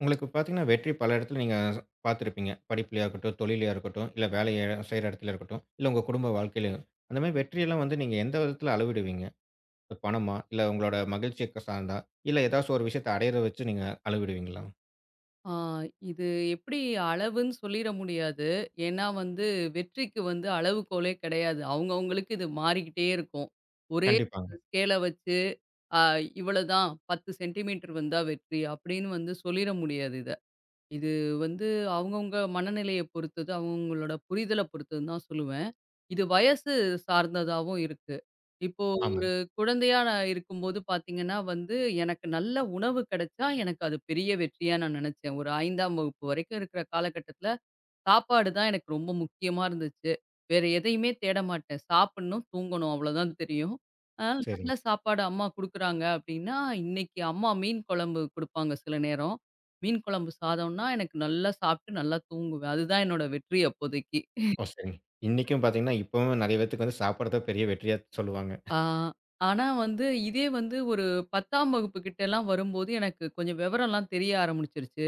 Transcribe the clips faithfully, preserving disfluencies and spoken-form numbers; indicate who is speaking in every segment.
Speaker 1: உங்களுக்கு பார்த்தீங்கன்னா, வெற்றி பல இடத்துல நீங்க பார்த்துருப்பீங்க. படிப்பிலயா இருக்கட்டும், தொழிலயா இருக்கட்டும், இல்ல வேலை செய்ற இடத்துல இருக்கட்டும், இல்ல உங்க குடும்ப வாழ்க்கையிலயும். அந்த மாரி வெற்றியெல்லாம் வந்து நீங்க எந்த விதத்துல அளவிடுவீங்க? இப்ப பணமா? இல்ல உங்களோட மகிழ்ச்சிய சார்ந்தா? இல்ல ஏதாச்சும் ஒரு விஷயத்த அடையறத வச்சு நீங்க அளவிடுவீங்களா?
Speaker 2: ஆ இது எப்படி அளவுன்னு சொல்லிட முடியாது. ஏன்னா வந்து, வெற்றிக்கு வந்து அளவுகோலே கிடையாது. அவங்கவங்களுக்கு இது மாறிக்கிட்டே இருக்கும். ஒரே
Speaker 1: கண்டிப்பாங்க.
Speaker 2: ஸ்கேல வச்சு அ இவ்வளதான் பத்து சென்டிமீட்டர் வந்தா வெற்றி அப்படின்னு வந்து சொல்லிட முடியாது இத. இது வந்து அவங்கவங்க மனநிலைய பொறுத்தது, அவங்கவங்களோட புரிதல பொறுத்ததுன்னு தான் சொல்லுவேன். இது வயசு சார்ந்ததாவும் இருக்கு. இப்போ
Speaker 1: ஆமா.
Speaker 2: குழந்தையா நான் இருக்கும்போது பார்த்தீங்கன்னா வந்து, எனக்கு நல்ல உணவு கிடைச்சா, எனக்கு அது பெரிய வெற்றியா நான் நினைச்சேன். ஒரு ஐந்தாம் வகுப்பு வரைக்கும் இருக்கிற காலகட்டத்தில, சாப்பாடு தான் எனக்கு ரொம்ப முக்கியமா இருந்துச்சு. வேற எதையுமே தேட மாட்டேன். சாப்பிடணும், தூங்கணும் அவ்வளோதான் தெரியும். அ நல்ல
Speaker 1: சரிங்க.
Speaker 2: சாப்பாடு அம்மா குடுக்குறாங்க அப்படின்னா, இன்னைக்கு அம்மா மீன் குழம்பு குடுப்பாங்க சில நேரம். மீன் குழம்பு சாதம்னா, எனக்கு நல்லா சாப்பிட்டு நல்லா தூங்குவேன். அதுதான் என்னோட வெற்றி அப்போதைக்கு.
Speaker 1: ஓ! சரிங்க. இன்னைக்கும் பார்த்தீங்கன்னா, இப்பவும் நெறைய பேத்துக்கு வந்து சாப்பாடு தான் பெரிய வெற்றியா சொல்லுவாங்க.
Speaker 2: ஆ, ஆனா வந்து இதே வந்து ஒரு பத்தாம் வகுப்பு கிட்டலாம் வரும்போது எனக்கு கொஞ்சம் விவரம்லாம் தெரிய ஆரம்பிச்சுருச்சு.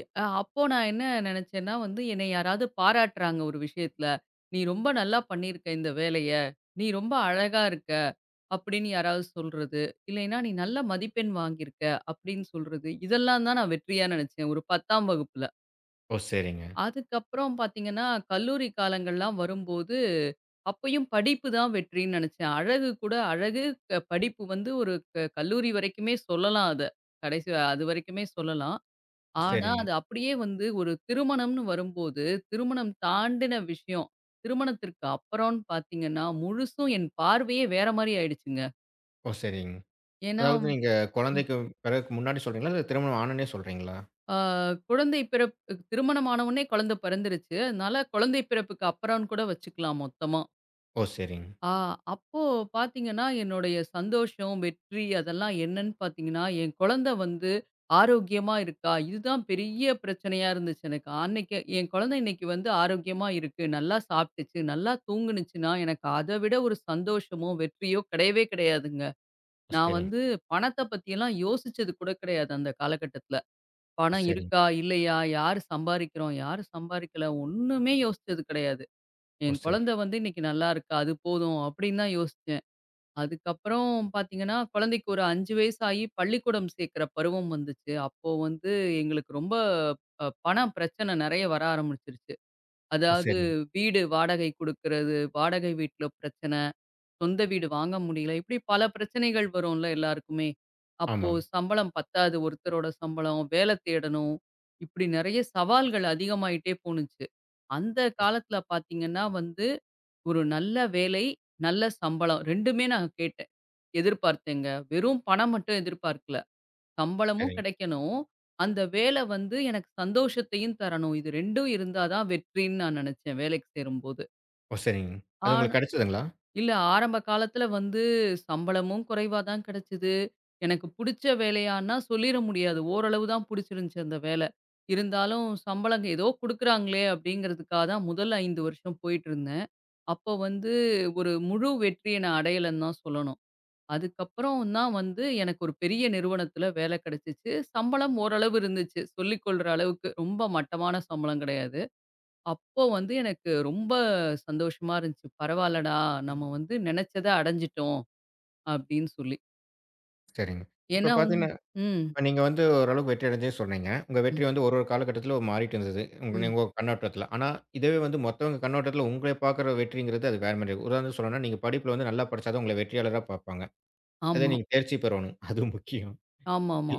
Speaker 2: எ அ அப்போ நான் என்ன நெனச்சேன்னா வந்து, என்னை யாராவது பாராட்டுறாங்க ஒரு விஷயத்துல. "நீ ரொம்ப நல்லா பண்ணியிருக்க இந்த வேலைய. நீ ரொம்ப அழகா இருக்க." அப்படின்னு யாராவது சொல்றது. இல்லைன்னா, "நீ நல்ல மதிப்பெண் வாங்கியிருக்க." அப்படின்னு சொல்றது. இதெல்லாம் தான் நான் வெற்றியா நெனச்சேன். ஒரு பத்தாம் வகுப்புல.
Speaker 1: ஓ! சரிங்க.
Speaker 2: அதுக்கப்புறம் பார்த்தீங்கன்னா, கல்லூரி காலங்கள்லாம் வரும்போது, அப்பயும் படிப்பு தான் வெற்றின்னு நெனச்சேன். அழகு கூட அழகு க படிப்பு வந்து ஒரு க கல்லூரி வரைக்குமே சொல்லலாம் அத. கடைசி அதுவரைக்குமே சொல்லலாம். ஆனா,
Speaker 1: சரிங்க.
Speaker 2: அது அப்படியே வந்து ஒரு திருமணம்னு வரும்போது, திருமணம் தாண்டின விஷயம். திருமணத்திற்கு அப்புறம்னு பார்த்தீங்கன்னா, முழுசும் என் பார்வையே வேற மாரி ஆயிடுச்சுங்க.
Speaker 1: ஓ! சரிங்க.
Speaker 2: ஏன்னா,
Speaker 1: அதாவது நீங்க
Speaker 2: ம்.
Speaker 1: குழந்தைக்கு பிறகு முன்னாடி சொல்றீங்களா? இல்ல திருமணம் ஆனோனே சொல்றீங்களா?
Speaker 2: ஆ குழந்தை பிறப்பு திருமணம் ஆன உடனே குழந்தை பிறந்துருச்சு. அதனால குழந்தை பிறப்புக்கு அப்புறம்னு கூட வச்சுக்கலாம் மொத்தமா.
Speaker 1: ஓ! சரிங்க.
Speaker 2: ஆ அப்போ பார்த்தீங்கன்னா, என்னுடைய சந்தோஷம், வெற்றி அதெல்லாம் என்னன்னு பார்த்தீங்கன்னா, என் குழந்தை வந்து ஆரோக்கியமா இருக்கா? இதுதான் பெரிய பிரச்சனையா இருந்துச்சு எனக்கு. அன்னைக்கு என் குழந்தை இன்னைக்கு வந்து ஆரோக்கியமா இருக்கு, நல்லா சாப்பிட்டுச்சு, நல்லா தூங்குனுச்சுன்னா, எனக்கு அத விட ஒரு சந்தோஷமோ, வெற்றியோ கிடையவே கிடையாதுங்க.
Speaker 1: ஓ!
Speaker 2: நான்
Speaker 1: சரிங்க.
Speaker 2: வந்து பணத்த பத்தியெல்லாம் யோசிச்சது கூட கிடையாது அந்த காலகட்டத்தில.
Speaker 1: ஓ!
Speaker 2: பணம்
Speaker 1: சரிங்க.
Speaker 2: இருக்கா? இல்லையா? யார் சம்பாரிக்கிறோம்? யார் சம்பாரிக்கல? ஒண்ணுமே யோசிச்சது கிடையாது.
Speaker 1: ஓ!
Speaker 2: என்
Speaker 1: சரி.
Speaker 2: குழந்தை வந்து இன்னைக்கு நல்லா இருக்கா? அது போதும் அப்படின்னு தான் யோசிச்சேன். அதுக்கப்புறம் பார்த்தீங்கன்னா, குழந்தைக்கு ஒரு ஐந்து வயசாகி பள்ளிக்கூடம் சேர்க்கிற பருவம் வந்துச்சு. அப்போ வந்து எங்களுக்கு ரொம்ப அ பண பிரச்சனை நெறைய வர ஆரம்பிச்சுருச்சு.
Speaker 1: ஓ!
Speaker 2: அதாவது
Speaker 1: சரிங்க.
Speaker 2: வீடு வாடகை குடுக்குறது, வாடகை வீட்ல பிரச்சனை, சொந்த வீடு வாங்க முடியல, இப்படி பல பிரச்சனைகள் வரும்ல எல்லாருக்குமே. அப்போ
Speaker 1: ஆமாங்க.
Speaker 2: சம்பளம் பத்தாது ஒருத்தரோட சம்பளம், வேலை தேடணும், இப்படி நெறைய சவால்கள் அதிகமாயிட்டே போணுச்சு. அந்த
Speaker 1: ஓ!
Speaker 2: காலத்தில பார்த்தீங்கன்னா வந்து ஒரு நல்ல வேலை, நல்ல சம்பளம் இரண்டுமே நான் கேட்டேன். எதிர்பார்த்தேங்க. வெறும் பணம் மட்டும் எதிர்பார்க்கல. சம்பளமும்
Speaker 1: சரிங்க.
Speaker 2: கிடைக்கணும். அந்த வேலை வந்து எனக்கு சந்தோஷத்தையும் தரணும். இது இரண்டும் இருந்தா தான் வெற்றின்னு நான் நினைச்சேன் வேலைக்கு சேரும்போது.
Speaker 1: ஓ! சரிங்க. அது
Speaker 2: ஆனா
Speaker 1: உங்களுக்கு கிடைச்சதுங்களா?
Speaker 2: இல்ல, ஆரம்ப காலத்துல வந்து சம்பளமும் குறைவா தான் கிடைச்சது. எனக்கு புடிச்ச வேலையான்னா சொல்லிற முடியாது. ஓரளவு தான் புடிச்சிருந்துச்சு அந்த வேலை. இருந்தாலும் சம்பளம் ஏதோ குடுக்குறாங்களே அப்படிங்கிறதுக்காக தான் முதல் ஐந்து வருஷம் போயிட்டுருந்தேன். அப்போ வந்து ஒரு முழு வெற்றிய நான் அடையலன்னு தான் சொல்லணும். அதுக்கப்புறம் தான் வந்து எனக்கு ஒரு பெரிய நிறுவனத்துல வேலை கிடைச்சுச்சு. சம்பளம் ஓரளவு இருந்துச்சு. சொல்லிக் கொள்ற அளவுக்கு. ரொம்ப மட்டமான சம்பளம் கிடையாது. அப்போ வந்து எனக்கு ரொம்ப சந்தோஷமா இருந்துச்சு. பரவால்லடா! நம்ம வந்து நெனச்சத அடைஞ்சிட்டோம் அப்படின்னு சொல்லி.
Speaker 1: சரிங்க. இப்ப
Speaker 2: ஏன்னா வந்து,
Speaker 1: பார்த்தீங்கன்னா,
Speaker 2: ம்,
Speaker 1: இப்ப நீங்க வந்து ஓரளவுக்கு வெற்றி அடைஞ்சே சொன்னீங்க. உங்க
Speaker 2: ம்,
Speaker 1: வெற்றி வந்து ஒரு ஒரு காலகட்டத்தில மாறிட்டு இருந்தது. உங்க
Speaker 2: ம்.
Speaker 1: உங்க கண்ணோட்டத்தில. ஆனா, இதுவே வந்து மத்தவங்க கண்ணோட்டத்தில உங்கள பார்க்குற வெற்றிங்கிறது அது வேற மாரி இருக்கும். உதாரணத்துக்கு சொல்லணும்னா, நீங்க படிப்பில வந்து நல்லா படிச்சா தான் உங்கள வெற்றியாளரா பார்ப்பாங்க. அதே
Speaker 2: ஆமா.
Speaker 1: நீங்க தேர்ச்சி பெறணும். அது முக்கியம்.
Speaker 2: ஆமாமா.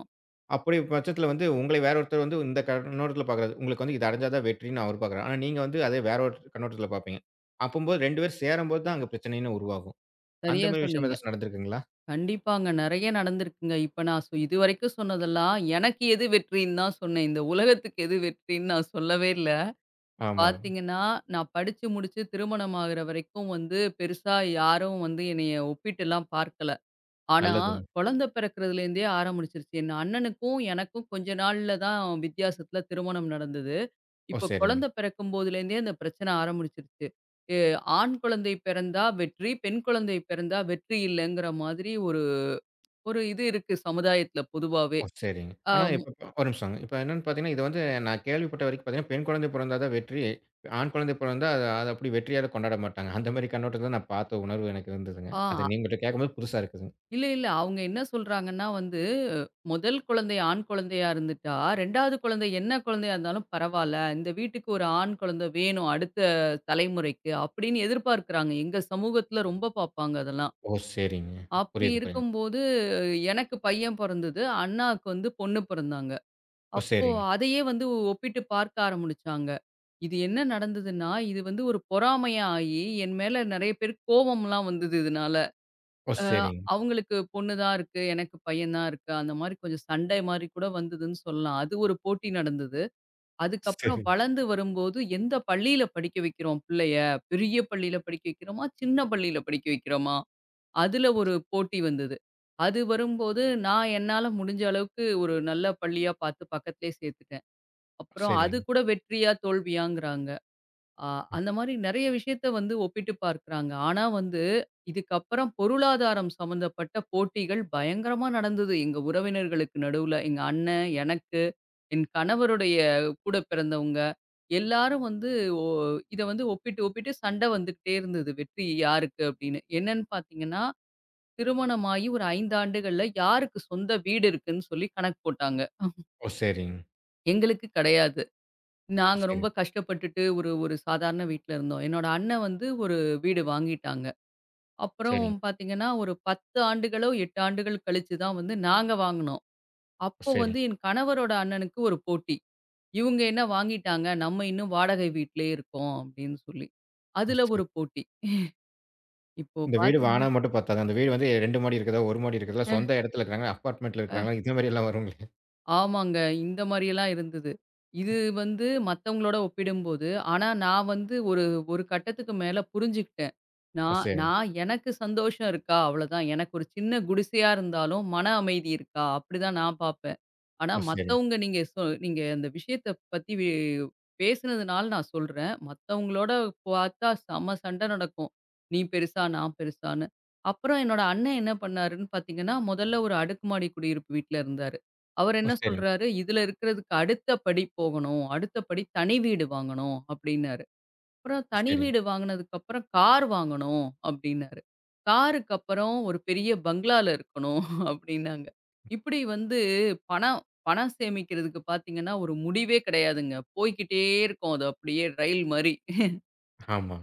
Speaker 1: அப்படி பட்சத்தில வந்து உங்கள வேற ஒருத்தர் வந்து இந்த கண்ணோட்டத்தில பார்க்குறாரு. உங்களுக்கு வந்து இத அடைஞ்சா தான் வெற்றின்னு அவரு பார்க்குறாரு. ஆனா, நீங்க வந்து அதே வேற ஒரு கண்ணோட்டத்தில பார்ப்பீங்க. அப்பம்போது இரண்டு பேரும் சேரும்போது தான் அங்க பிரச்சனைன்னு உருவாகும். அந்த
Speaker 2: சரியா
Speaker 1: மாரி விஷயம்
Speaker 2: சொன்னீங்க.
Speaker 1: ஏதாச்சும் நடந்திருக்குங்களா?
Speaker 2: கண்டிப்பாங்க. நெறைய நடந்திருக்குங்க. இப்ப நான் சொ இதுவரைக்கும் சொன்னதெல்லாம் எனக்கு எது வெற்றின்னு தான் சொன்னேன். இந்த உலகத்துக்கு எது வெற்றின்னு நான் சொல்லவே இல்ல.
Speaker 1: ஆமாங்க.
Speaker 2: பார்த்தீங்கன்னா, நான் படிச்சு முடிச்சு திருமணம் ஆகுற வரைக்கும் வந்து பெருசா யாரும் வந்து என்னைய ஒப்பிட்டுலாம் பார்க்கல. ஆனா,
Speaker 1: நல்லதுங்க.
Speaker 2: குழந்தை பிறக்கிறதுலேருந்தே ஆரம்பிச்சுருச்சு. என் அண்ணனுக்கும், எனக்கும் கொஞ்ச நாள்ல தான் வித்தியாசத்துல திருமணம் நடந்தது.
Speaker 1: ஓ!
Speaker 2: இப்ப
Speaker 1: சரிங்க.
Speaker 2: குழந்தை பிறக்கும்போதுலேருந்தே அந்த பிரச்சனை ஆரம்பிச்சுருச்சு. எ ஆண் குழந்தை பிறந்தா வெற்றி, பெண் குழந்தை பிறந்தா வெற்றி இல்லைங்கிற மாதிரி ஒரு ஒரு இது இருக்கு சமுதாயத்துல பொதுவாவே.
Speaker 1: ஓ! சரிங்க.
Speaker 2: ஆ,
Speaker 1: ஆனா
Speaker 2: மு
Speaker 1: இப்ப ஒரு நிமிஷங்க. இப்ப என்னன்னு பார்த்தீங்கன்னா, இது வந்து நான் கேள்விப்பட்ட வரைக்கும் பார்த்தீங்கன்னா, பெண் குழந்தை பிறந்தா தான் வெற்றி. ஆண் குழந்தை பிறந்தா அது அது அப்படி வெற்றியாக கொண்டாட மாட்டாங்க. அந்த மாரி கண்ணோட்டத்துல நான் பார்த்த உணர்வு எனக்கு இருந்ததுங்க.
Speaker 2: ஆ
Speaker 1: அது நீங்கள்ட்ட கேட்கும்போது புதுசா இருக்குதுங்க.
Speaker 2: இல்ல, இல்ல. அவங்க என்ன சொல்றாங்கன்னா வந்து, முதல் குழந்தை ஆண் குழந்தையா இருந்துட்டா, இரண்டாவது குழந்தை என்ன குழந்தையா இருந்தாலும் பரவால்ல. இந்த வீட்டுக்கு ஒரு ஆண் குழந்தை வேணும் அடுத்த தலைமுறைக்கு அப்படின்னு எதிர்பார்க்கிறாங்க. எங்க சமூகத்துல ரொம்ப பார்ப்பாங்க அதெல்லாம்.
Speaker 1: ஓ! சரிங்க.
Speaker 2: அப்படி
Speaker 1: புரியுது, புரியுதுங்க.
Speaker 2: இருக்கும்போது எனக்கு பையன் பொறந்தது. அண்ணாவுக்கு வந்து பொண்ணு பொறந்தாங்க.
Speaker 1: ஓ!
Speaker 2: அப்போ
Speaker 1: சரிங்க.
Speaker 2: அதையே வந்து ஒப்பிட்டு பார்க்க ஆரம்பிச்சாங்க. இது என்ன நடந்ததுன்னா, இது வந்து ஒரு பொறாமையா ஆயி, என் மேல நெறைய பேருக்கு கோவம்லாம் வந்தது இதனால.
Speaker 1: ஓ!
Speaker 2: அ
Speaker 1: சரிங்க.
Speaker 2: அவங்களுக்கு பொண்ணு தான் இருக்கு. எனக்கு பையன் தான் இருக்கு. அந்த மாரி கொஞ்சம் சண்டை மாரி கூட வந்ததுன்னு சொல்லலாம். அது ஒரு போட்டி நடந்தது. அதுக்கப்புறம்
Speaker 1: சரிங்க.
Speaker 2: வளர்ந்து வரும்போது எந்த பள்ளியில படிக்க வைக்கிறோம் பிள்ளைய? பெரிய பள்ளியில படிக்க வைக்கிறோமா? சின்ன பள்ளியில படிக்க வைக்கிறோமா? அதுல ஒரு போட்டி வந்தது. அது வரும்போது நான் என்னால முடிஞ்ச அளவுக்கு ஒரு நல்ல பள்ளியா பார்த்து பக்கத்திலேயே சேர்த்துட்டேன். அப்புறம் அது
Speaker 1: சரிங்க.
Speaker 2: கூட வெற்றியா, தோல்வியாங்கிறாங்க. ஆ, அந்த மாதிரி நெறைய விஷயத்த வந்து ஒப்பிட்டு பார்க்குறாங்க. ஆனா வந்து, இதுக்கப்புறம் பொருளாதாரம் சம்மந்தப்பட்ட போட்டிகள் பயங்கரமா நடந்தது. எங்க உறவினர்களுக்கு நடுவுல. எங்க அண்ணன், எனக்கு, என் கணவருடைய கூட பிறந்தவங்க எல்லாரும் வந்து ஒ இத வந்து ஒப்பிட்டு, ஒப்பிட்டு சண்டை வந்துகிட்டே இருந்தது. வெற்றி யாருக்கு அப்படின்னு. என்னன்னு பார்த்தீங்கன்னா, திருமணமாகி ஒரு ஐந்து ஆண்டுகள்ல யாருக்கு சொந்த வீடு இருக்குன்னு சொல்லி கணக்கு போட்டாங்க.
Speaker 1: ஓ! சரிங்க.
Speaker 2: எங்களுக்கு கிடையாது.
Speaker 1: ஓ!
Speaker 2: நாங்க ரொம்ப
Speaker 1: சரிங்க.
Speaker 2: கஷ்டப்பட்டுட்டு ஒரு ஒரு சாதாரண வீட்ல இருந்தோம். என்னோட அண்ணன் வந்து ஒரு வீடு வாங்கிட்டாங்க.
Speaker 1: ஓ!
Speaker 2: அப்புறம்
Speaker 1: சரிங்க. சரிங்க.
Speaker 2: பார்த்தீங்கன்னா, ஒரு பத்து ஆண்டுகளோ, எட்டு ஆண்டுகள் கழிச்சு தான் வந்து நாங்க வாங்குனோம்.
Speaker 1: ஓ!
Speaker 2: அப்போ வந்து
Speaker 1: சரிங்க.
Speaker 2: என் கணவரோட அண்ணனுக்கு ஒரு போட்டி. இவுங்க என்ன வாங்கிட்டாங்க, நம்ம இன்னும் வாடகை வீட்லயே இருக்கோம் அப்படின்னு சொல்லி.
Speaker 1: ஓ!
Speaker 2: அதுல
Speaker 1: சரி.
Speaker 2: ஒரு போட்டி. இப்போ
Speaker 1: இந்த வீடு
Speaker 2: பார்த்தீங்க,
Speaker 1: வானா மட்டும் பத்தாது. அந்த வீடு வந்து இரண்டு மாடி இருக்குதா, ஒரு மாடி இருக்குதா, சொந்த இடத்துல இருக்கிறாங்களா, அபார்ட்மெண்ட்ல
Speaker 2: அ
Speaker 1: இருக்கிறாங்களா, இதே மாரி எல்லாம் வருங்களே!
Speaker 2: ஆமாங்க. இந்த மாரியெல்லாம் இருந்தது. இது வந்து மத்தவங்களோட ஒப்பிடும்போது, ஆனா நான் வந்து ஒரு ஒரு கட்டத்துக்கு மேல புரிஞ்சுகிட்டேன்.
Speaker 1: ஓ!
Speaker 2: நான்
Speaker 1: சரிங்க.
Speaker 2: நான் எனக்கு சந்தோஷம் இருக்கா? அவ்வளதான். எனக்கு ஒரு சின்ன குடிசையா இருந்தாலும் மன அமைதி இருக்கா? அப்படிதான் நான் பார்ப்பேன். ஆனா
Speaker 1: ஓ! சரிங்க.
Speaker 2: மத்தவங்க, நீங்க சொ நீங்க அந்த விஷயத்த பத்தி வே பேசுனதுனால நான் சொல்றேன். மத்தவங்களோட பார்த்தா செம சண்டை நடக்கும். நீ பெருசா, நான் பெருசான்னு. அப்புறம் என்னோட அண்ணன் என்ன பண்ணாருன்னு பார்த்தீங்கன்னா, முதல்ல ஒரு அடுக்குமாடி குடியிருப்பு வீட்ல இருந்தாரு. அவர்
Speaker 1: ஓ!
Speaker 2: என்ன
Speaker 1: சரிங்க.
Speaker 2: சொல்றாரு, "இதுல இருக்கிறதுக்கு அடுத்த படி போகணும். அடுத்த படி தனி வீடு வாங்கணும்" அப்படின்னாரு. அப்புறம்
Speaker 1: ஓ!
Speaker 2: தனி
Speaker 1: சரிங்க.
Speaker 2: வீடு வாங்குனதுக்கப்புறம் கார் வாங்கணும் அப்டின்னாரு. காருக்கு அப்புறம் ஒரு பெரிய பங்களால இருக்கணும் அப்டின்னாங்க. இப்டி வந்து பணம் பணம் சேமிக்கிறதுக்கு பார்த்தீங்கன்னா, ஒரு முடிவே கிடையாதுங்க. போய்க்கிட்டே இருக்கும் அது அப்டியே ரயில் மாரி.
Speaker 1: ஆமா.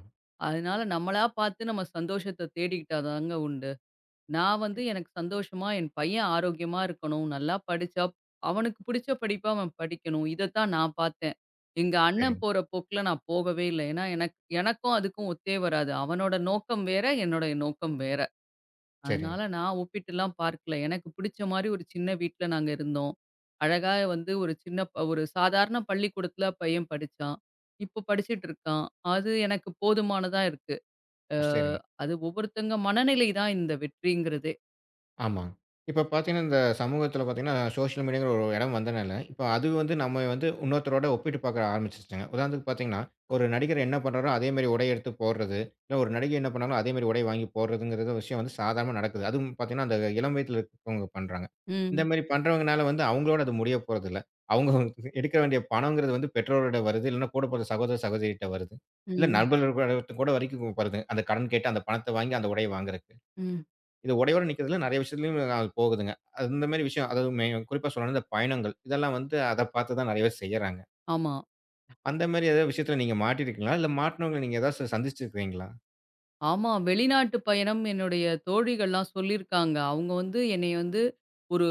Speaker 2: அதனால நம்மளா பார்த்து நம்ம சந்தோஷத்த தேடிக்கிட்டா தாங்க உண்டு. நான் வந்து எனக்கு சந்தோஷமா, என் பையன் ஆரோக்கியமா இருக்கணும். நல்லா படிச்சா அவனுக்கு பிடிச்ச படிப்ப அவன் படிக்கணும். இதத்தான் நான் பார்த்தேன். எங்க அண்ணன்
Speaker 1: சரிங்க,
Speaker 2: போற போக்குல நான் போகவே இல்ல. ஏன்னா, எனக்கு எனக்கும் அதுக்கும் ஒத்தே வராது. அவனோட நோக்கம் வேற, என்னோட நோக்கம் வேற.
Speaker 1: சரிங்க.
Speaker 2: அதனால நான் ஒப்பிட்டுலாம் பார்க்கல. எனக்கு பிடிச்ச மாரி ஒரு சின்ன வீட்ல நாங்க இருந்தோம். அழகா வந்து ஒரு சின்ன ப- ஒரு சாதாரண பள்ளிக்கூடத்துல பையன் படிச்சான். இப்போ படிச்சுட்டு இருக்கான். அது எனக்கு போதுமானதா இருக்கு. அ
Speaker 1: ஓ! சரிங்க.
Speaker 2: அது ஒவ்வொருத்தங்க மனநிலை தான் இந்த வெற்றிங்கிறதே.
Speaker 1: ஆமாங்க. இப்ப பார்த்தீங்கன்னா, இந்த சமூகத்தில பார்த்தீங்கன்னா, சோசியல் மீடியாங்கிற ஒரு இடம் வந்தனால, இப்ப அது வந்து நம்ம வந்து இன்னொருத்தரோட ஒப்பிட்டு பார்க்க ஆரம்பிச்சுருச்சுங்க. உதாரணத்துக்கு பார்த்தீங்கன்னா, ஒரு நடிகர் என்ன பண்றாரோ, அதே மாரி உடை எடுத்து போடுறது. இல்ல ஒரு நடிகை என்ன பண்ணாலும், அதே மாரி உடை வாங்கி போடுறதுங்கிறது விஷயம் வந்து சாதாரணமா நடக்குது. அதுவும் பார்த்தீங்கன்னா, அந்த இளம் வயதில இருக்கிறவங்க பண்றாங்க. இந்த
Speaker 2: ம்.
Speaker 1: மாரி பண்றவங்கனால வந்து அவங்களோட அது முடிய போறதில்ல. அவங்க எடுக்க வேண்டிய பணங்கிறது வந்து பெற்றோரோட வருது. இல்லன்னா கூட போற சகோதர, சகோதரிகிட்ட வருது. இல்ல
Speaker 2: ம்.
Speaker 1: நண்பர்கள் கூட வரைக்கும் வருது. அந்த கடன் கேட்டு அந்த பணத்த வாங்கி அந்த உடைய வாங்குறக்கு.
Speaker 2: ம்.
Speaker 1: இது உடையோட நிற்கிறதில்ல. நிறைய விஷயத்துலயும் அது போகுதுங்க. அந்த மாரி விஷயம் அதாவது மெ குறிப்பா சொல்லணும்னா இந்த பயணங்கள். இதெல்லாம் வந்து அத பார்த்து தான் நிறைய பேர் செய்யறாங்க.
Speaker 2: ஆமா.
Speaker 1: அந்த மாரி ஏதாவது விஷயத்துல நீங்க மாட்டியிருக்கீங்களா? இல்ல மாட்டுனவங்கள நீங்க ஏதாவது சந்திச்சிருக்கிறீங்களா?
Speaker 2: ஆமா. வெளிநாட்டு பயணம் என்னுடைய தோழிகள்லாம் சொல்லியிருக்காங்க. அவங்க வந்து என்னைய வந்து ஒரு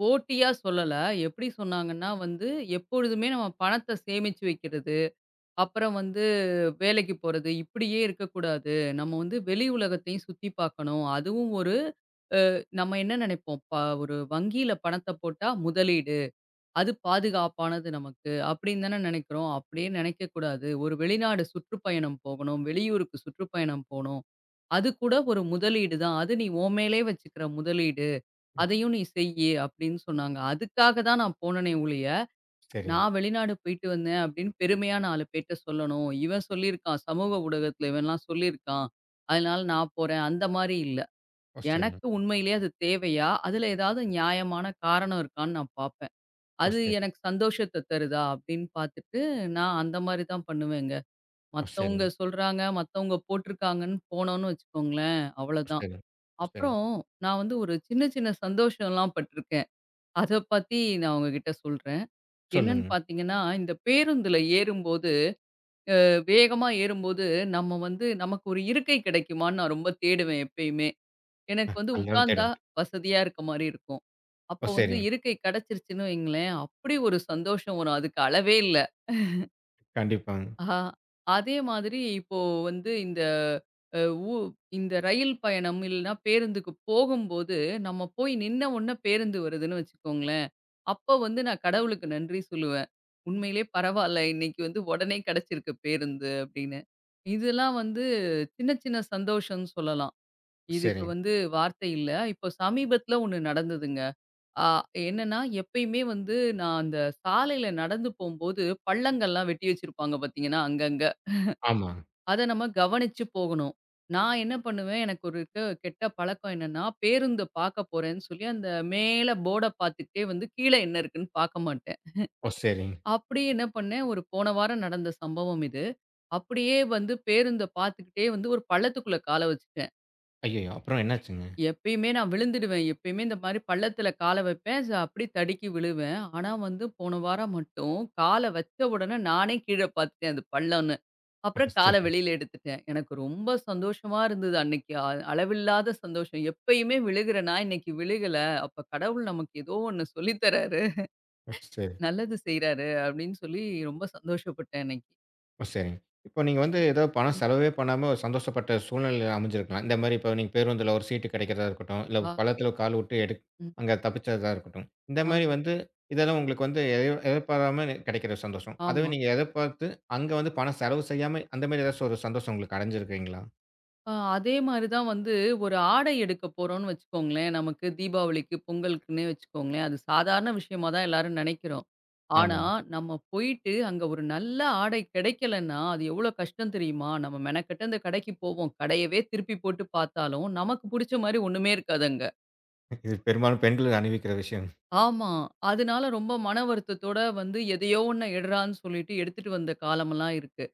Speaker 2: போட்டியா சொல்லல. எப்படி சொன்னாங்கன்னா வந்து, எப்பொழுதுமே நம்ம பணத்த சேமிச்சு வைக்கிறது, அப்புறம் வந்து வேலைக்கு போறது, இப்படியே இருக்கக்கூடாது. நம்ம வந்து வெளி உலகத்தையும் சுத்தி பார்க்கணும். அதுவும் ஒரு நம்ம என்ன நெனைப்போம், ப ஒரு வங்கியில பணத்த போட்டா முதலீடு. அது பாதுகாப்பானது நமக்கு அப்படின்னு தானே நினைக்கிறோம். அப்படியே நினைக்கக்கூடாது. ஒரு வெளிநாடு சுற்றுப்பயணம் போகணும். வெளியூருக்கு சுற்றுப்பயணம் போணும். அது கூட ஒரு முதலீடு தான். அது நீ உன் மேலயே வச்சுக்கிற முதலீடு. அதையும் நீ செய்யி அப்படின்னு சொன்னாங்க. அதுக்காக தான் நான் போனனே ஒழிய,
Speaker 1: சரிங்க.
Speaker 2: நான் வெளிநாடு போயிட்டு வந்தேன் அப்படின்னு பெருமையா நாலு பேர்ட்ட சொல்லணும். இவன் சொல்லியிருக்கான். சமூக ஊடகத்துல இவன்லாம் சொல்லியிருக்கான். அதனால நான் போறேன். அந்த மாரி இல்ல.
Speaker 1: ஓ! சரிங்க.
Speaker 2: எனக்கு உண்மையிலேயே அது தேவையா? அதுல ஏதாவது நியாயமான காரணம் இருக்கான்னு நான் பாப்பேன்.
Speaker 1: ஓ!
Speaker 2: அது
Speaker 1: சரிங்க.
Speaker 2: எனக்கு சந்தோஷத்த தருதா அப்படின்னு பார்த்துட்டு, நான் அந்த மாரி தான் பண்ணுவேங்க.
Speaker 1: ஓ!
Speaker 2: மத்தவங்க
Speaker 1: சரிங்க.
Speaker 2: சொல்றாங்க, மத்தவங்க போட்டிருக்காங்கன்னு போனோம்னு வச்சுக்கோங்களேன்,
Speaker 1: ஓ!
Speaker 2: அவ்வளோதான்.
Speaker 1: சரிங்க. ஓ! சரிங்க.
Speaker 2: அப்புறம் நான் வந்து ஒரு சின்ன சின்ன சந்தோஷம்லாம் பட்டுருக்கேன். அத பத்தி நான் உங்ககிட்ட சொல்றேன். என்னன்னு
Speaker 1: சொல்லுங்க.
Speaker 2: பார்த்தீங்கன்னா, இந்த பேருந்துல ஏறும்போது, வேகமா ஏறும்போது நம்ம வந்து நமக்கு ஒரு இருக்கை கிடைக்குமான்னு நான் ரொம்ப தேடுவேன் எப்பயுமே. எனக்கு வந்து
Speaker 1: எல்லாரும்
Speaker 2: உட்கார்ந்தா
Speaker 1: தேடுவாங்க.
Speaker 2: வசதியா இருக்க மாரி இருக்கும்.
Speaker 1: ஓ!
Speaker 2: அப்போ வந்து
Speaker 1: சரிங்க.
Speaker 2: இருக்கை கிடைச்சிருச்சுன்னு வைங்களேன், அப்படி ஒரு சந்தோஷம் வரும். அதுக்கு அளவே இல்ல.
Speaker 1: கண்டிப்பாங்க.
Speaker 2: ஆ அதே மாதிரி இப்போ வந்து இந்த அ ஊ இந்த ரயில் பயணம் இல்லன்னா பேருந்துக்கு போகும்போது, நம்ம போய் நின்ன உடனே பேருந்து வருதுன்னு வச்சுக்கோங்களேன், அப்ப வந்து நான் கடவுளுக்கு நன்றி சொல்லுவேன். உண்மையிலே பரவால்ல, இன்னைக்கு வந்து உடனே கிடைச்சிருக்கு பேருந்து அப்படின்னு. இதெல்லாம் வந்து சின்ன சின்ன சந்தோஷம்னு சொல்லலாம். இதுக்கு
Speaker 1: சரிங்க.
Speaker 2: வந்து வார்த்தை இல்ல. இப்போ சமீபத்தில ஒண்ணு நடந்ததுங்க. ஆ என்னன்னா, எப்பயுமே வந்து நான் அந்த சாலையில நடந்து போம்போது, பள்ளங்கள்லாம் வெட்டி வச்சிருப்பாங்க பார்த்தீங்கன்னா, அங்கங்க.
Speaker 1: ஆமா.
Speaker 2: அத நம்ம கவனிச்சு போகணும். நான் என்ன பண்ணுவேன், எனக்கு ஒரு க கெட்ட பழக்கம் என்னன்னா, பேருந்த பார்க்க போறேன்னு சொல்லி, அந்த மேல போர்ட பார்த்துக்கிட்டே வந்து கீழ என்ன இருக்குன்னு பார்க்க மாட்டேன்.
Speaker 1: ஓ! சரிங்க.
Speaker 2: அப்படி என்ன பண்ணேன், ஒரு போன வாரம் நடந்த சம்பவம் இது. அப்படியே வந்து பேருந்த பார்த்துக்கிட்டே வந்து ஒரு பள்ளத்துக்குள்ள கால வச்சு
Speaker 1: ஐயய்யோ! அப்புறம் என்னாச்சுங்க?
Speaker 2: எப்பயுமே நான் விழுந்துடுவேன். எப்பயுமே இந்த மாரி பள்ளத்தில கால வைப்பேன். ச அப்படி தடுக்கி விழுவேன். ஆனா வந்து போன வாரம் மட்டும் கால வச்ச உடனே நானே கீழ பார்த்துட்டேன் அது பள்ளம்ன்னு.
Speaker 1: ஓ!
Speaker 2: அப்புறம் கால
Speaker 1: சரிங்க.
Speaker 2: வெளியில எடுத்துட்டேன். எனக்கு ரொம்ப சந்தோஷமா இருந்தது அன்னைக்கு. அ அளவில்லாத சந்தோஷம். எப்பயுமே விழுகிற நான் இன்னைக்கு விழுகல. அப்ப கடவுள் நமக்கு ஏதோ ஒண்ணு சொல்லி தராரு.
Speaker 1: ஓ! சரி.
Speaker 2: நல்லது செய்றாரு அப்படின்னு சொல்லி ரொம்ப சந்தோஷப்பட்டேன் அன்னைக்கு.
Speaker 1: ஓ! சரிங்க. இப்போ நீங்க வந்து ஏதோ பணம்
Speaker 2: ம்.
Speaker 1: செலவே பண்ணாம ஒரு சந்தோஷப்பட்ட சூழ்நிலையில அமைஞ்சிருக்கலாம். இந்த மாரி இப்போ நீங்க பேருந்துல ஒரு சீட்டு கிடைக்கிறதா இருக்கட்டும், இல்ல
Speaker 2: ஆ,
Speaker 1: பள்ளத்துல கால் விட்டு எடுக்
Speaker 2: ம்,
Speaker 1: அங்க தப்பிச்சதா இருக்கட்டும். இந்த
Speaker 2: ஆ,
Speaker 1: மாரி வந்து இதெல்லாம் உங்களுக்கு வந்து எதிர் எதிர்பாராம கிடைக்கிற சந்தோஷம். அதுவே
Speaker 2: ஆமா.
Speaker 1: நீங்க எதிர்பார்த்து அங்க வந்து பணம் செலவு செய்யாம அந்த மாரி ஏதாச்சும் ஒரு சந்தோஷம் உங்களுக்கு அடைஞ்சிருக்கீங்களா?
Speaker 2: அ அதே மாரி தான் வந்து ஒரு ஆடை எடுக்க போறோம்ன்னு வச்சுக்கோங்களேன். நமக்கு தீபாவளிக்கு, பொங்கலுக்குன்னே வச்சுக்கோங்களேன். அது சாதாரண விஷயமா தான் எல்லாரும் நெனைக்கிறோம். ஆனா,
Speaker 1: ஆமா.
Speaker 2: நம்ம போயிட்டு அங்க ஒரு நல்ல ஆடை கிடைக்கலன்னா, அது எவ்வளோ கஷ்டம் தெரியுமா? நம்ம மெனக்கெட்டு அந்த கடைக்கு போவோம். கடையவே திருப்பி போட்டு பார்த்தாலும், நமக்கு புடிச்ச மாரி ஒண்ணுமே இருக்காது அங்க.
Speaker 1: இது பெரும்பாலும் பெண்கள் அனுபவிக்கிற விஷயம்.
Speaker 2: ஆமா. அதனால ரொம்ப மன வருத்தத்தோட வந்து எதையோ ஒண்ண எடுறான்னு சொல்லிட்டு எடுத்துட்டு வந்த காலமெல்லாம் இருக்கு.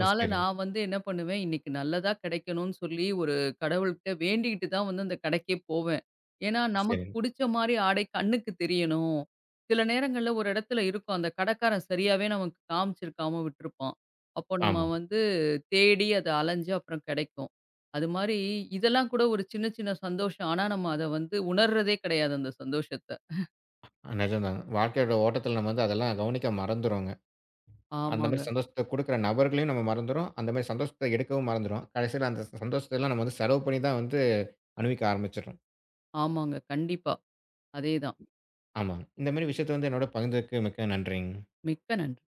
Speaker 1: ஓ! சரிங்க,
Speaker 2: நான் வந்து என்ன பண்ணுவேன், இன்னைக்கு நல்லதா கிடைக்கணும்னு சொல்லி ஒரு கடவுள்கிட்ட வேண்டிக்கிட்டு தான் வந்து அந்த கடைக்கே போவேன். ஏன்னா,
Speaker 1: ஓ!
Speaker 2: நமக்கு
Speaker 1: சரிங்க.
Speaker 2: புடிச்ச மாரி ஆடை கண்ணுக்கு தெரியணும். சில நேரங்கள்ல ஒரு இடத்துல இருக்கும். அந்த கடைக்காரன் சரியாவே நமக்கு காமிச்சிருக்காம விட்டுருப்பான். அப்போ நம்ம
Speaker 1: ஆமா.
Speaker 2: வந்து தேடி அத அலைஞ்சு அப்புறம் கிடைக்கும். அது மாரி இதெல்லாம் கூட ஒரு சின்ன சின்ன சந்தோஷம். ஆனா நம்ம அத வந்து உணர்றதே கிடையாது அந்த சந்தோஷத்த.
Speaker 1: நிஜம்தாங்க. வாழ்க்கையோட ஓட்டத்துல நம்ம வந்து அதெல்லாம் கவனிக்க மறந்துருவோங்க. அந்த
Speaker 2: ஆமாங்க,
Speaker 1: மாரி சந்தோஷத்த குடுக்குற நபர்களையும் நம்ம மறந்துரும். அந்த மாரி சந்தோஷத்த எடுக்கவும் மறந்துரும். கடைசியில அந்த ச சந்தோஷத்தலாம் நம்ம வந்து செலவு பண்ணி தான் வந்து அனுபவிக்க ஆரம்பிச்சுடுறோம்.
Speaker 2: ஆமாங்க. கண்டிப்பா. அதேதான்.
Speaker 1: ஆமாங்க. இந்த மாரி விஷயத்த வந்து என்னோட பகிர்ந்ததுக்கு மிக்க நன்றிங்க.
Speaker 2: மிக்க நன்றி.